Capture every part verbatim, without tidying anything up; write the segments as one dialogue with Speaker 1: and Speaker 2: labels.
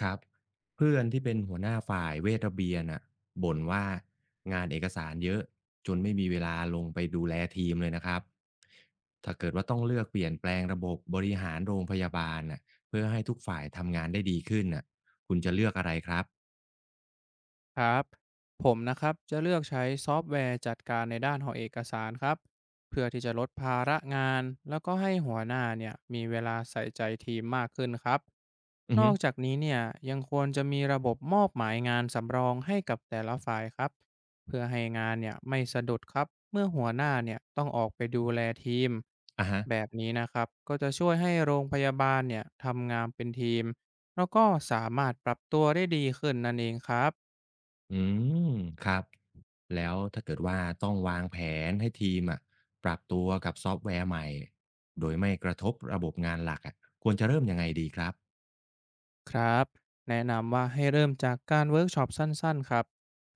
Speaker 1: ครับเพื่อนที่เป็นหัวหน้าฝ่ายเวทระเบียนอ่ะบ่นว่างานเอกสารเยอะจนไม่มีเวลาลงไปดูแลทีมเลยนะครับถ้าเกิดว่าต้องเลือกเปลี่ยนแปลงระบบบริหารโรงพยาบาลน่ะเพื่อให้ทุกฝ่ายทำงานได้ดีขึ้นน่ะคุณจะเลือกอะไรครับ
Speaker 2: ครับผมนะครับจะเลือกใช้ซอฟต์แวร์จัดการในด้านของเอกสารครับเพื่อที่จะลดภาระงานแล้วก็ให้หัวหน้าเนี่ยมีเวลาใส่ใจทีมมากขึ้นครับ
Speaker 1: อือ
Speaker 2: นอ
Speaker 1: ฮึ
Speaker 2: กจากนี้เนี่ยยังควรจะมีระบบมอบหมายงานสำรองให้กับแต่ละฝ่ายครับเพื่อให้งานเนี่ยไม่สะดุดครับเมื่อหัวหน้าเนี่ยต้องออกไปดูแลทีม
Speaker 1: อ่ะฮะ
Speaker 2: แบบนี้นะครับก็จะช่วยให้โรงพยาบาลเนี่ยทำงานเป็นทีมแล้วก็สามารถปรับตัวได้ดีขึ้นนั่นเองครับ
Speaker 1: อืมครับแล้วถ้าเกิดว่าต้องวางแผนให้ทีมอ่ะปรับตัวกับซอฟต์แวร์ใหม่โดยไม่กระทบระบบงานหลักอ่ะควรจะเริ่มยังไงดีครับ
Speaker 2: ครับแนะนำว่าให้เริ่มจากการเวิร์กช็อปสั้นๆครับ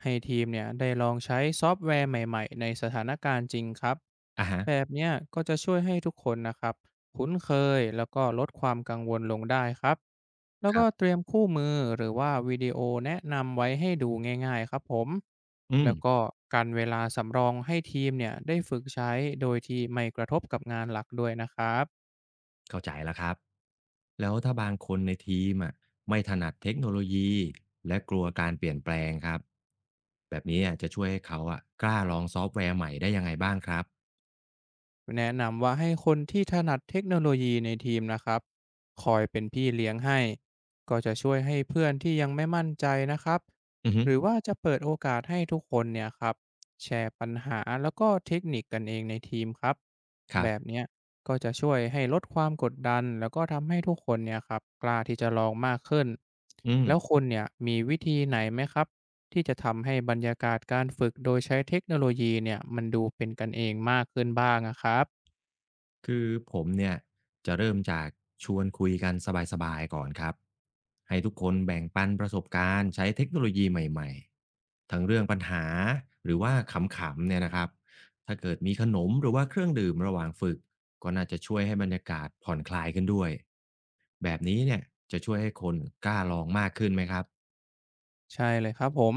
Speaker 2: ให้ทีมเนี่ยได้ลองใช้ซอฟต์แวร์ใหม่ๆในสถานการณ์จริงครับ
Speaker 1: อ่ะฮะ
Speaker 2: แบบเนี้ยก็จะช่วยให้ทุกคนนะครับคุ้นเคยแล้วก็ลดความกังวลลงได้ครับแล้ว
Speaker 1: ค
Speaker 2: ก็
Speaker 1: รั
Speaker 2: เต
Speaker 1: บ
Speaker 2: รียมคู่มือหรือว่าวิดีโอแนะนำไว้ให้ดูง่ายๆครับผม
Speaker 1: อืม
Speaker 2: แล้วก็การเวลาสำรองให้ทีมเนี่ยได้ฝึกใช้โดยที่ไม่กระทบกับงานหลักด้วยนะครับ
Speaker 1: เข้าใจแล้วครับ แล้วถ้าบางคนในทีมอ่ะไม่ถนัดเทคโนโลยีและกลัวการเปลี่ยนแปลงครับแบบนี้อ่ะจะช่วยให้เขาอ่ะกล้าลองซอฟต์แวร์ใหม่ได้ยังไงบ้างครับ
Speaker 2: แนะนำว่าให้คนที่ถนัดเทคโนโลยีในทีมนะครับคอยเป็นพี่เลี้ยงให้ก็จะช่วยให้เพื่อนที่ยังไม่มั่นใจนะครับ
Speaker 1: อือฮึ
Speaker 2: หรือว่าจะเปิดโอกาสให้ทุกคนเนี่ยครับแชร์ปัญหาแล้วก็เทคนิคกันเองในทีมครับ
Speaker 1: ครั
Speaker 2: แบบ
Speaker 1: บ
Speaker 2: เนี้ยก็จะช่วยให้ลดความกดดันแล้วก็ทำให้ทุกคนเนี่ยครับกล้าที่จะลองมากขึ้น
Speaker 1: อืม
Speaker 2: แล้วคุณเนี่ยมีวิธีไหนไหมครับ ที่จะทำให้บรรยากาศการฝึกโดยใช้เทคโนโลยีเนี่ยมันดูเป็นกันเองมากขึ้นบ้างอะครับ
Speaker 1: คือผมเนี่ยจะเริ่มจากชวนคุยกันสบายๆก่อนครับให้ทุกคนแบ่งปันประสบการณ์ใช้เทคโนโลยีใหม่ๆทั้งเรื่องปัญหาหรือว่าขำๆเนี่ยนะครับถ้าเกิดมีขนมหรือว่าเครื่องดื่มระหว่างฝึกก็น่าจะช่วยให้บรรยากาศผ่อนคลายขึ้นด้วยแบบนี้เนี่ยจะช่วยให้คนกล้าลองมากขึ้นไหมครับ
Speaker 2: ใช่เลยครับผม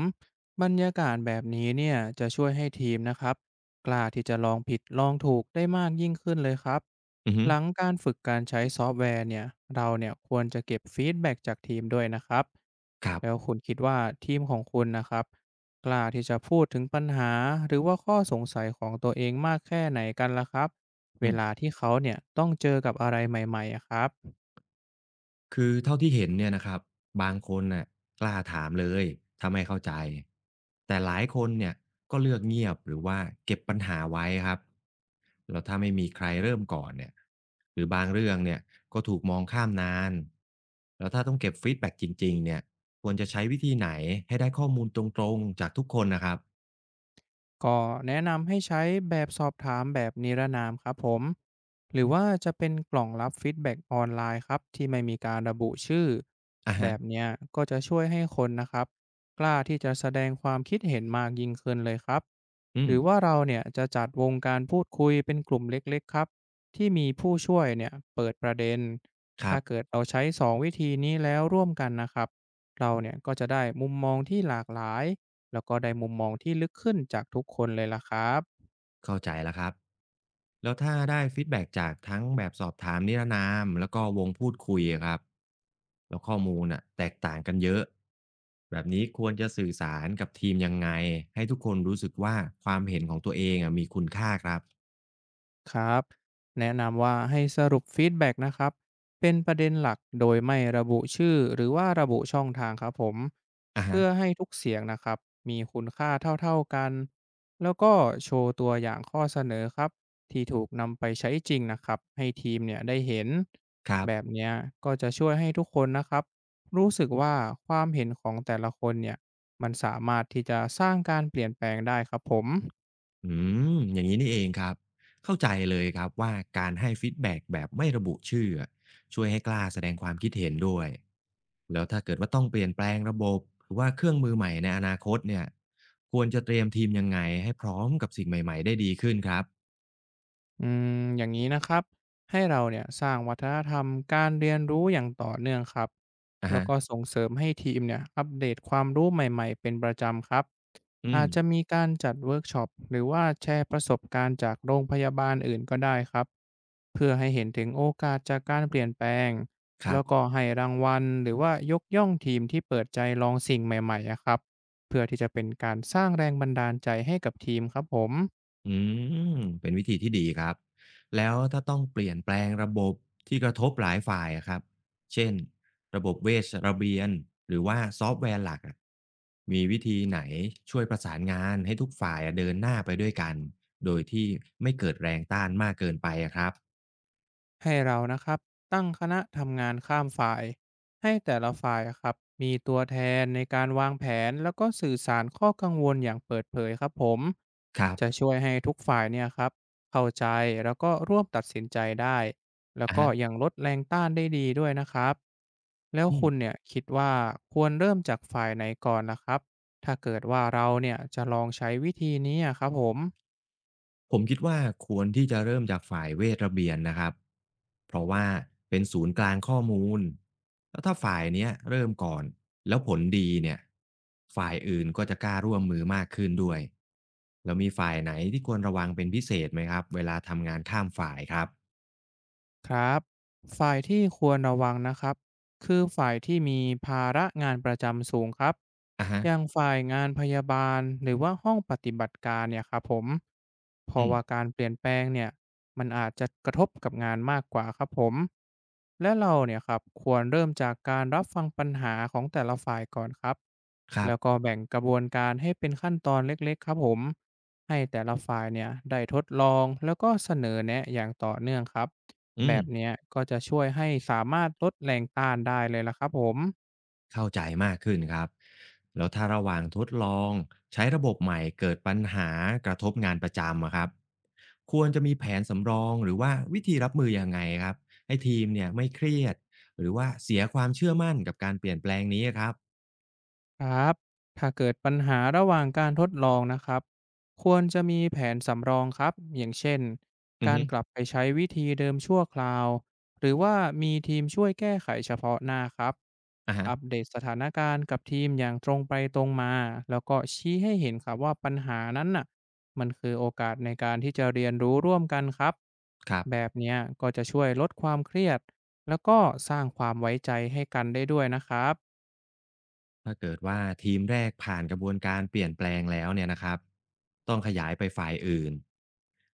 Speaker 2: บรรยากาศแบบนี้เนี่ยจะช่วยให้ทีมนะครับกล้าที่จะลองผิดลองถูกได้มากยิ่งขึ้นเลยครับ
Speaker 1: อือฮึ
Speaker 2: หลังการฝึกการใช้ซอฟต์แวร์เนี่ยเราเนี่ยควรจะเก็บฟีดแบ็กจากทีมด้วยนะครับ
Speaker 1: ครั
Speaker 2: แล้ว
Speaker 1: บ
Speaker 2: คุณคิดว่าทีมของคุณนะครับกล้าที่จะพูดถึงปัญหาหรือว่าข้อสงสัยของตัวเองมากแค่ไหนกันล่ะครับเวลาที่เขาเนี่ยต้องเจอกับอะไรใหม่ๆอะครับ
Speaker 1: คือเท่าที่เห็นเนี่ยนะครับบางคนน่ะกล้าถามเลยถ้าไม่เข้าใจแต่หลายคนเนี่ยก็เลือกเงียบหรือว่าเก็บปัญหาไว้ครับแล้วถ้าไม่มีใครเริ่มก่อนเนี่ยหรือบางเรื่องเนี่ยก็ถูกมองข้ามนานแล้วถ้าต้องเก็บฟีดแบ็กจริงๆเนี่ยควรจะใช้วิธีไหนให้ได้ข้อมูลตรงๆจากทุกคนนะครับ
Speaker 2: ก็แนะนำให้ใช้แบบสอบถามแบบนิรนามครับผมหรือว่าจะเป็นกล่องรับฟีดแบ็กออนไลน์ครับที่ไม่มีการระบุชื่อ
Speaker 1: อ่ะ
Speaker 2: แบ
Speaker 1: ฮะ
Speaker 2: บเนี้ยก็จะช่วยให้คนนะครับกล้าที่จะแสดงความคิดเห็นมากยิ่งขึ้นเลยครับ
Speaker 1: อื
Speaker 2: ห
Speaker 1: ม
Speaker 2: รือว่าเราเนี่ยจะจัดวงการพูดคุยเป็นกลุ่มเล็กๆครับที่มีผู้ช่วยเนี่ยเปิดประเด็น
Speaker 1: ครั
Speaker 2: ถ้าเกิ
Speaker 1: บ
Speaker 2: ดเราใช้สองวิธีนี้แล้วร่วมกันนะครับเราเนี่ยก็จะได้มุมมองที่หลากหลาย แล้วก็ได้มุมมองที่ลึกขึ้นจากทุกคนเลยล่ะครับ
Speaker 1: เข้าใจแล้วครับ แล้วถ้าได้ฟีดแบ็กจากทั้งแบบสอบถามนิรนามแล้วก็วงพูดคุยอะครับ แล้วข้อมูลน่ะแตกต่างกันเยอะ แบบนี้ควรจะสื่อสารกับทีมยังไงให้ทุกคนรู้สึกว่าความเห็นของตัวเองอะมีคุณค่าครับ
Speaker 2: ครับแนะนำว่าให้สรุปฟีดแบ็กนะครับเป็นประเด็นหลักโดยไม่ระบุชื่อหรือว่าระบุช่องทางครับผม
Speaker 1: อะฮะ
Speaker 2: เพื่อให้ทุกเสียงนะครับมีคุณค่าเท่าๆกันแล้วก็โชว์ตัวอย่างข้อเสนอครับที่ถูกนำไปใช้จริงนะครับให้ทีมเนี่ยได้เห็น
Speaker 1: ครั
Speaker 2: แบบ
Speaker 1: บ
Speaker 2: เนี้ยก็จะช่วยให้ทุกคนนะครับรู้สึกว่าความเห็นของแต่ละคนเนี่ยมันสามารถที่จะสร้างการเปลี่ยนแปลงได้ครับผม
Speaker 1: อืมอย่างนี้นี่เองครับเข้าใจเลยครับว่าการให้ฟีดแบ็กแบบไม่ระบุชื่ออะช่วยให้กล้าแสดงความคิดเห็นด้วยแล้วถ้าเกิดว่าต้องเปลี่ยนแปลงระบบหรือว่าเครื่องมือใหม่ในอนาคตเนี่ยควรจะเตรียมทีมยังไงให้พร้อมกับสิ่งใหม่ๆได้ดีขึ้นครับ
Speaker 2: อืมอย่างนี้นะครับให้เราเนี่ยสร้างวัฒนธรรมการเรียนรู้อย่างต่อเนื่องครับ
Speaker 1: อะ
Speaker 2: แล้ว
Speaker 1: ฮะ
Speaker 2: ก็ส่งเสริมให้ทีมเนี่ยอัปเดตความรู้ใหม่ๆเป็นประจำครับ
Speaker 1: อื
Speaker 2: อาจจะ
Speaker 1: ม
Speaker 2: มีการจัดเวิร์กช็อปหรือว่าแชร์ประสบการณ์จากโรงพยาบาลอื่นก็ได้ครับเพื่อให้เห็นถึงโอกาสจากการเปลี่ยนแปลง
Speaker 1: ครั
Speaker 2: แล้ว
Speaker 1: บ
Speaker 2: ก็ให้รางวัลหรือว่ายกย่องทีมที่เปิดใจลองสิ่งใหม่ๆอะครับเพื่อที่จะเป็นการสร้างแรงบันดาลใจให้กับทีมครับผม
Speaker 1: อืมเป็นวิธีที่ดีครับแล้วถ้าต้องเปลี่ยนแปลงระบบที่กระทบหลายฝ่ายอะครับเช่นระบบเวชระเบียนหรือว่าซอฟต์แวร์หลักอะมีวิธีไหนช่วยประสานงานให้ทุกฝ่ายอะเดินหน้าไปด้วยกันโดยที่ไม่เกิดแรงต้านมากเกินไปอะครับ
Speaker 2: ให้เรานะครับตั้งคณะทำงานข้ามฝ่ายให้แต่ละฝ่ายอะครับมีตัวแทนในการวางแผนแล้วก็สื่อสารข้อกังวลอย่างเปิดเผยครับผม
Speaker 1: ครั
Speaker 2: จะ
Speaker 1: บ
Speaker 2: ช่วยให้ทุกฝ่ายเนี่ยครับเข้าใจแล้วก็ร่วมตัดสินใจได้แล้ว
Speaker 1: อะ
Speaker 2: ก็
Speaker 1: ฮะ
Speaker 2: ยังลดแรงต้านได้ดีด้วยนะครับแล้ว
Speaker 1: อื
Speaker 2: คุณ
Speaker 1: ม
Speaker 2: เนี่ยคิดว่าควรเริ่มจากฝ่ายไหนก่อนนะครับถ้าเกิดว่าเราเนี่ยจะลองใช้วิธีนี้อะครับผม
Speaker 1: ผมคิดว่าควรที่จะเริ่มจากฝ่ายเวชระเบียนนะครับเพราะว่าเป็นศูนย์กลางข้อมูลแล้วถ้าฝ่ายเนี้ยเริ่มก่อนแล้วผลดีเนี่ยฝ่ายอื่นก็จะกล้าร่วมมือมากขึ้นด้วยแล้วมีฝ่ายไหนที่ควรระวังเป็นพิเศษไหมครับเวลาทำงานข้ามฝ่ายครับ
Speaker 2: ครับฝ่ายที่ควรระวังนะครับคือฝ่ายที่มีภาระงานประจำสูงครับ
Speaker 1: อะฮะ
Speaker 2: อย่างฝ่ายงานพยาบาลหรือว่าห้องปฏิบัติการเนี่ยครับผมเพ
Speaker 1: อื
Speaker 2: ราะว่า
Speaker 1: ม
Speaker 2: การเปลี่ยนแปลงเนี่ยมันอาจจะกระทบกับงานมากกว่าครับผมและเราเนี่ยครับควรเริ่มจากการรับฟังปัญหาของแต่ละฝ่ายก่อนครับ
Speaker 1: ครั
Speaker 2: แล้วก็
Speaker 1: บ
Speaker 2: แบ่งกระบวนการให้เป็นขั้นตอนเล็กๆครับผมให้แต่ละฝ่ายเนี่ยได้ทดลองแล้วก็เสนอแนะอย่างต่อเนื่องครับ
Speaker 1: อื
Speaker 2: แบบ
Speaker 1: ม
Speaker 2: เนี้ยก็จะช่วยให้สามารถลดแรงต้านได้เลยล่ะครับผม
Speaker 1: เข้าใจมากขึ้นครับแล้วถ้าระหว่างทดลองใช้ระบบใหม่เกิดปัญหากระทบงานประจำอะครับควรจะมีแผนสำรองหรือว่าวิธีรับมือยังไงครับให้ทีมเนี่ยไม่เครียดหรือว่าเสียความเชื่อมั่นกับการเปลี่ยนแปลงนี้ครับ
Speaker 2: ครับถ้าเกิดปัญหาระหว่างการทดลองนะครับควรจะมีแผนสำรองครับอย่างเช่น
Speaker 1: อือ
Speaker 2: การ
Speaker 1: ฮึ
Speaker 2: กลับไปใช้วิธีเดิมชั่วคราวหรือว่ามีทีมช่วยแก้ไขเฉพาะหน้าครับ
Speaker 1: อะฮะ
Speaker 2: อัปเดตสถานการณ์กับทีมอย่างตรงไปตรงมาแล้วก็ชี้ให้เห็นครับว่าปัญหานั้นน่ะมันคือโอกาสในการที่จะเรียนรู้ร่วมกันครับ
Speaker 1: ครับ
Speaker 2: แบบเนี้ยก็จะช่วยลดความเครียด แล้วก็สร้างความไว้ใจให้กันได้ด้วยนะครับ
Speaker 1: ถ้าเกิดว่าทีมแรกผ่านกระบวนการเปลี่ยนแปลงแล้วเนี่ยนะครับต้องขยายไปฝ่ายอื่น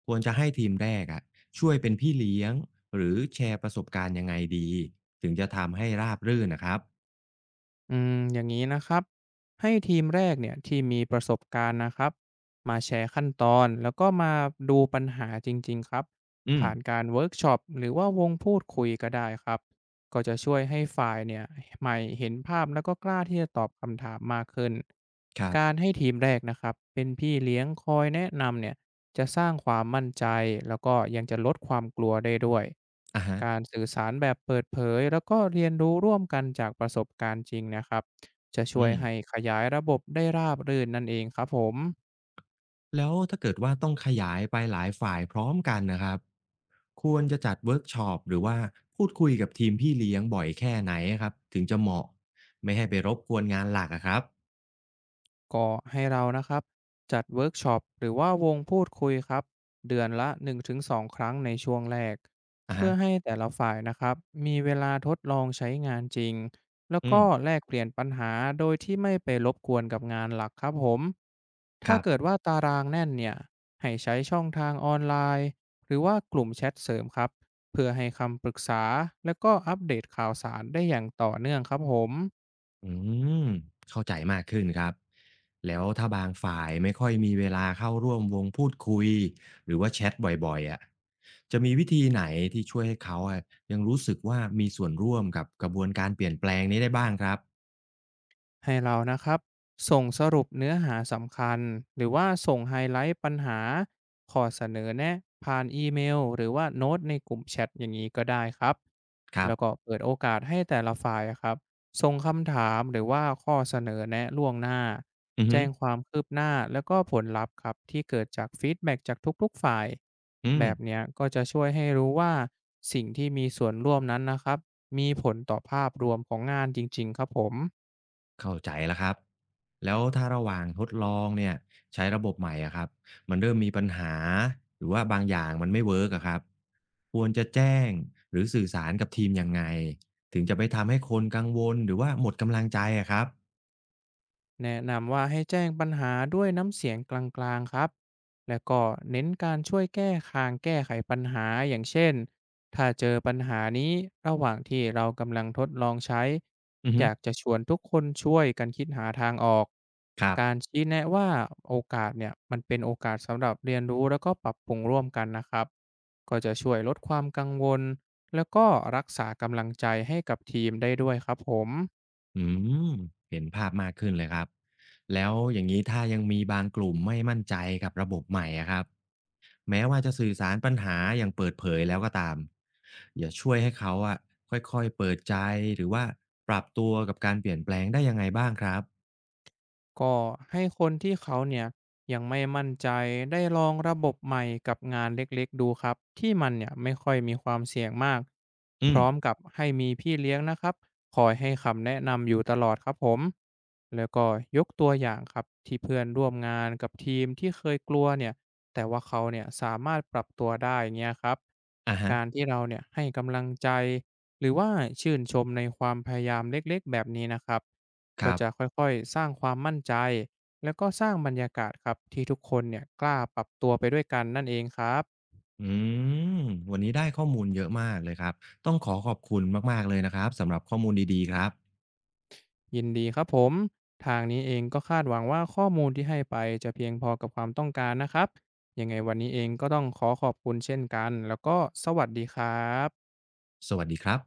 Speaker 1: ควรจะให้ทีมแรกอะช่วยเป็นพี่เลี้ยงหรือแชร์ประสบการณ์ยังไงดีถึงจะทำให้ราบรื่นนะครับ
Speaker 2: อืมอย่างนี้นะครับให้ทีมแรกเนี่ยที่มีประสบการณ์นะครับมาแชร์ขั้นตอนแล้วก็มาดูปัญหาจริงๆครับ
Speaker 1: อื
Speaker 2: ผ่าน
Speaker 1: ม
Speaker 2: การเวิร์กช็อปหรือว่าวงพูดคุยก็ได้ครับก็จะช่วยให้ฝ่ายเนี่ยใหม่เห็นภาพแล้วก็กล้าที่จะตอบคำถามมากขึ้น
Speaker 1: ครับ
Speaker 2: การให้ทีมแรกนะครับเป็นพี่เลี้ยงคอยแนะนำเนี่ย จะสร้างความมั่นใจแล้วก็ยังจะลดความกลัวได้ด้วย
Speaker 1: อะฮะ
Speaker 2: การสื่อสารแบบเปิดเผยแล้วก็เรียนรู้ร่วมกันจากประสบการณ์จริงนะครับจะช่ว
Speaker 1: อื
Speaker 2: ย
Speaker 1: ม
Speaker 2: ให้ขยายระบบได้ราบรื่นนั่นเองครับผม
Speaker 1: แล้วถ้าเกิดว่าต้องขยายไปหลายฝ่ายพร้อมกันนะครับควรจะจัดเวิร์กช็อปหรือว่าพูดคุยกับทีมพี่เลี้ยงบ่อยแค่ไหนครับถึงจะเหมาะไม่ให้ไปรบกวนงานหลักอะครับ
Speaker 2: ก็ให้เรานะครับจัดเวิร์กช็อปหรือว่าวงพูดคุยครับเดือนละหนึ่งถึงสองครั้งครั้งในช่วงแรก
Speaker 1: อะ
Speaker 2: เพื่
Speaker 1: ฮะ
Speaker 2: อให้แต่ละฝ่ายนะครับมีเวลาทดลองใช้งานจริงแล้ว
Speaker 1: อื
Speaker 2: ก็
Speaker 1: ม
Speaker 2: แลกเปลี่ยนปัญหาโดยที่ไม่ไปรบกวนกับงานหลักครับผม
Speaker 1: ค
Speaker 2: ถ้า
Speaker 1: รั
Speaker 2: เกิด
Speaker 1: บ
Speaker 2: ว่าตารางแน่นเนี่ยให้ใช้ช่องทางออนไลน์หรือว่ากลุ่มแชทเสริมครับเพื่อให้คำปรึกษาและก็อัปเดตข่าวสารได้อย่างต่อเนื่องครับผม
Speaker 1: อืมเข้าใจมากขึ้นครับแล้วถ้าบางฝ่ายไม่ค่อยมีเวลาเข้าร่วมวงพูดคุยหรือว่าแชทบ่อยๆอ่ะจะมีวิธีไหนที่ช่วยให้เขาอะยังรู้สึกว่ามีส่วนร่วมกับกระบวนการเปลี่ยนแปลงนี้ได้บ้างครับ
Speaker 2: ให้เรานะครับส่งสรุปเนื้อหาสำคัญหรือว่าส่งไฮไลท์ปัญหาข้อเสนอแนะผ่านอีเมลหรือว่าโน้ตในกลุ่มแชทอย่างนี้ก็ได้ครับ
Speaker 1: ครั
Speaker 2: แล้วก็
Speaker 1: บ
Speaker 2: เปิดโอกาสให้แต่ละฝ่ายอะครับส่งคำถามหรือว่าข้อเสนอแนะล่วงหน้า
Speaker 1: อือฮึ
Speaker 2: แจ้งความคืบหน้าแล้วก็ผลลัพธ์ครับที่เกิดจากฟีดแบ็กจากทุกๆฝ่าย
Speaker 1: อื
Speaker 2: แบ
Speaker 1: ม
Speaker 2: บเนี้ยก็จะช่วยให้รู้ว่าสิ่งที่มีส่วนร่วมนั้นนะครับมีผลต่อภาพรวมของงานจริงๆครับผม
Speaker 1: เข้าใจแล้วครับ แล้วถ้าระหว่างทดลองเนี่ยใช้ระบบใหม่อะครับมันเริ่มมีปัญหาหรือว่าบางอย่างมันไม่เวิร์กอะครับควรจะแจ้งหรือสื่อสารกับทีมยังไงถึงจะไม่ทำให้คนกังวลหรือว่าหมดกำลังใจอะครับ
Speaker 2: แนะนำว่าให้แจ้งปัญหาด้วยน้ำเสียงกลางๆครับและก็เน้นการช่วยแก้คางแก้ไขปัญหาอย่างเช่นถ้าเจอปัญหานี้ระหว่างที่เรากำลังทดลองใช้
Speaker 1: อือ
Speaker 2: อ
Speaker 1: ฮึ
Speaker 2: ยากจะชวนทุกคนช่วยกันคิดหาทางออก
Speaker 1: ครั
Speaker 2: การ
Speaker 1: บ
Speaker 2: ชี้แนะว่าโอกาสเนี่ยมันเป็นโอกาสสำหรับเรียนรู้แล้วก็ปรับปรุงร่วมกันนะครับก็จะช่วยลดความกังวลแล้วก็รักษากำลังใจให้กับทีมได้ด้วยครับผม
Speaker 1: อืมเห็นภาพมากขึ้นเลยครับแล้วอย่างนี้ถ้ายังมีบางกลุ่มไม่มั่นใจกับระบบใหม่อะครับ แม้ว่าจะสื่อสารปัญหาอย่างเปิดเผยแล้วก็ตามอย่าช่วยให้เขาอะค่อยๆเปิดใจหรือว่าปรับตัวกับการเปลี่ยนแปลงได้ยังไงบ้างครับ
Speaker 2: ก็ให้คนที่เขาเนี่ยยังไม่มั่นใจได้ลองระบบใหม่กับงานเล็กๆดูครับที่มันเนี่ยไม่ค่อยมีความเสี่ยงมาก
Speaker 1: อื
Speaker 2: พ
Speaker 1: ม
Speaker 2: ร้อมกับให้มีพี่เลี้ยงนะครับคอยให้คำแนะนำอยู่ตลอดครับผมแล้วก็ยกตัวอย่างครับที่เพื่อนร่วมงานกับทีมที่เคยกลัวเนี่ยแต่ว่าเขาเนี่ยสามารถปรับตัวได้เงี้ยครับ
Speaker 1: อะฮะ
Speaker 2: การที่เราเนี่ยให้กำลังใจหรือว่าชื่นชมในความพยายามเล็กๆแบบนี้นะครับ
Speaker 1: ค
Speaker 2: ก็
Speaker 1: รั
Speaker 2: จะค
Speaker 1: บ
Speaker 2: ่อยๆสร้างความมั่นใจแล้วก็สร้างบรรยากาศครับที่ทุกคนเนี่ยกล้าปรับตัวไปด้วยกันนั่นเองครับ
Speaker 1: อืมวันนี้ได้ข้อมูลเยอะมากเลยครับต้องขอขอบคุณมากๆเลยนะครับสำหรับข้อมูลดีๆครับ
Speaker 2: ยินดีครับผมทางนี้เองก็คาดหวังว่าข้อมูลที่ให้ไปจะเพียงพอกับความต้องการนะครับยังไงวันนี้เองก็ต้องขอขอบคุณเช่นกันแล้วก็สวัสดีครับ
Speaker 1: สวัสดีครับ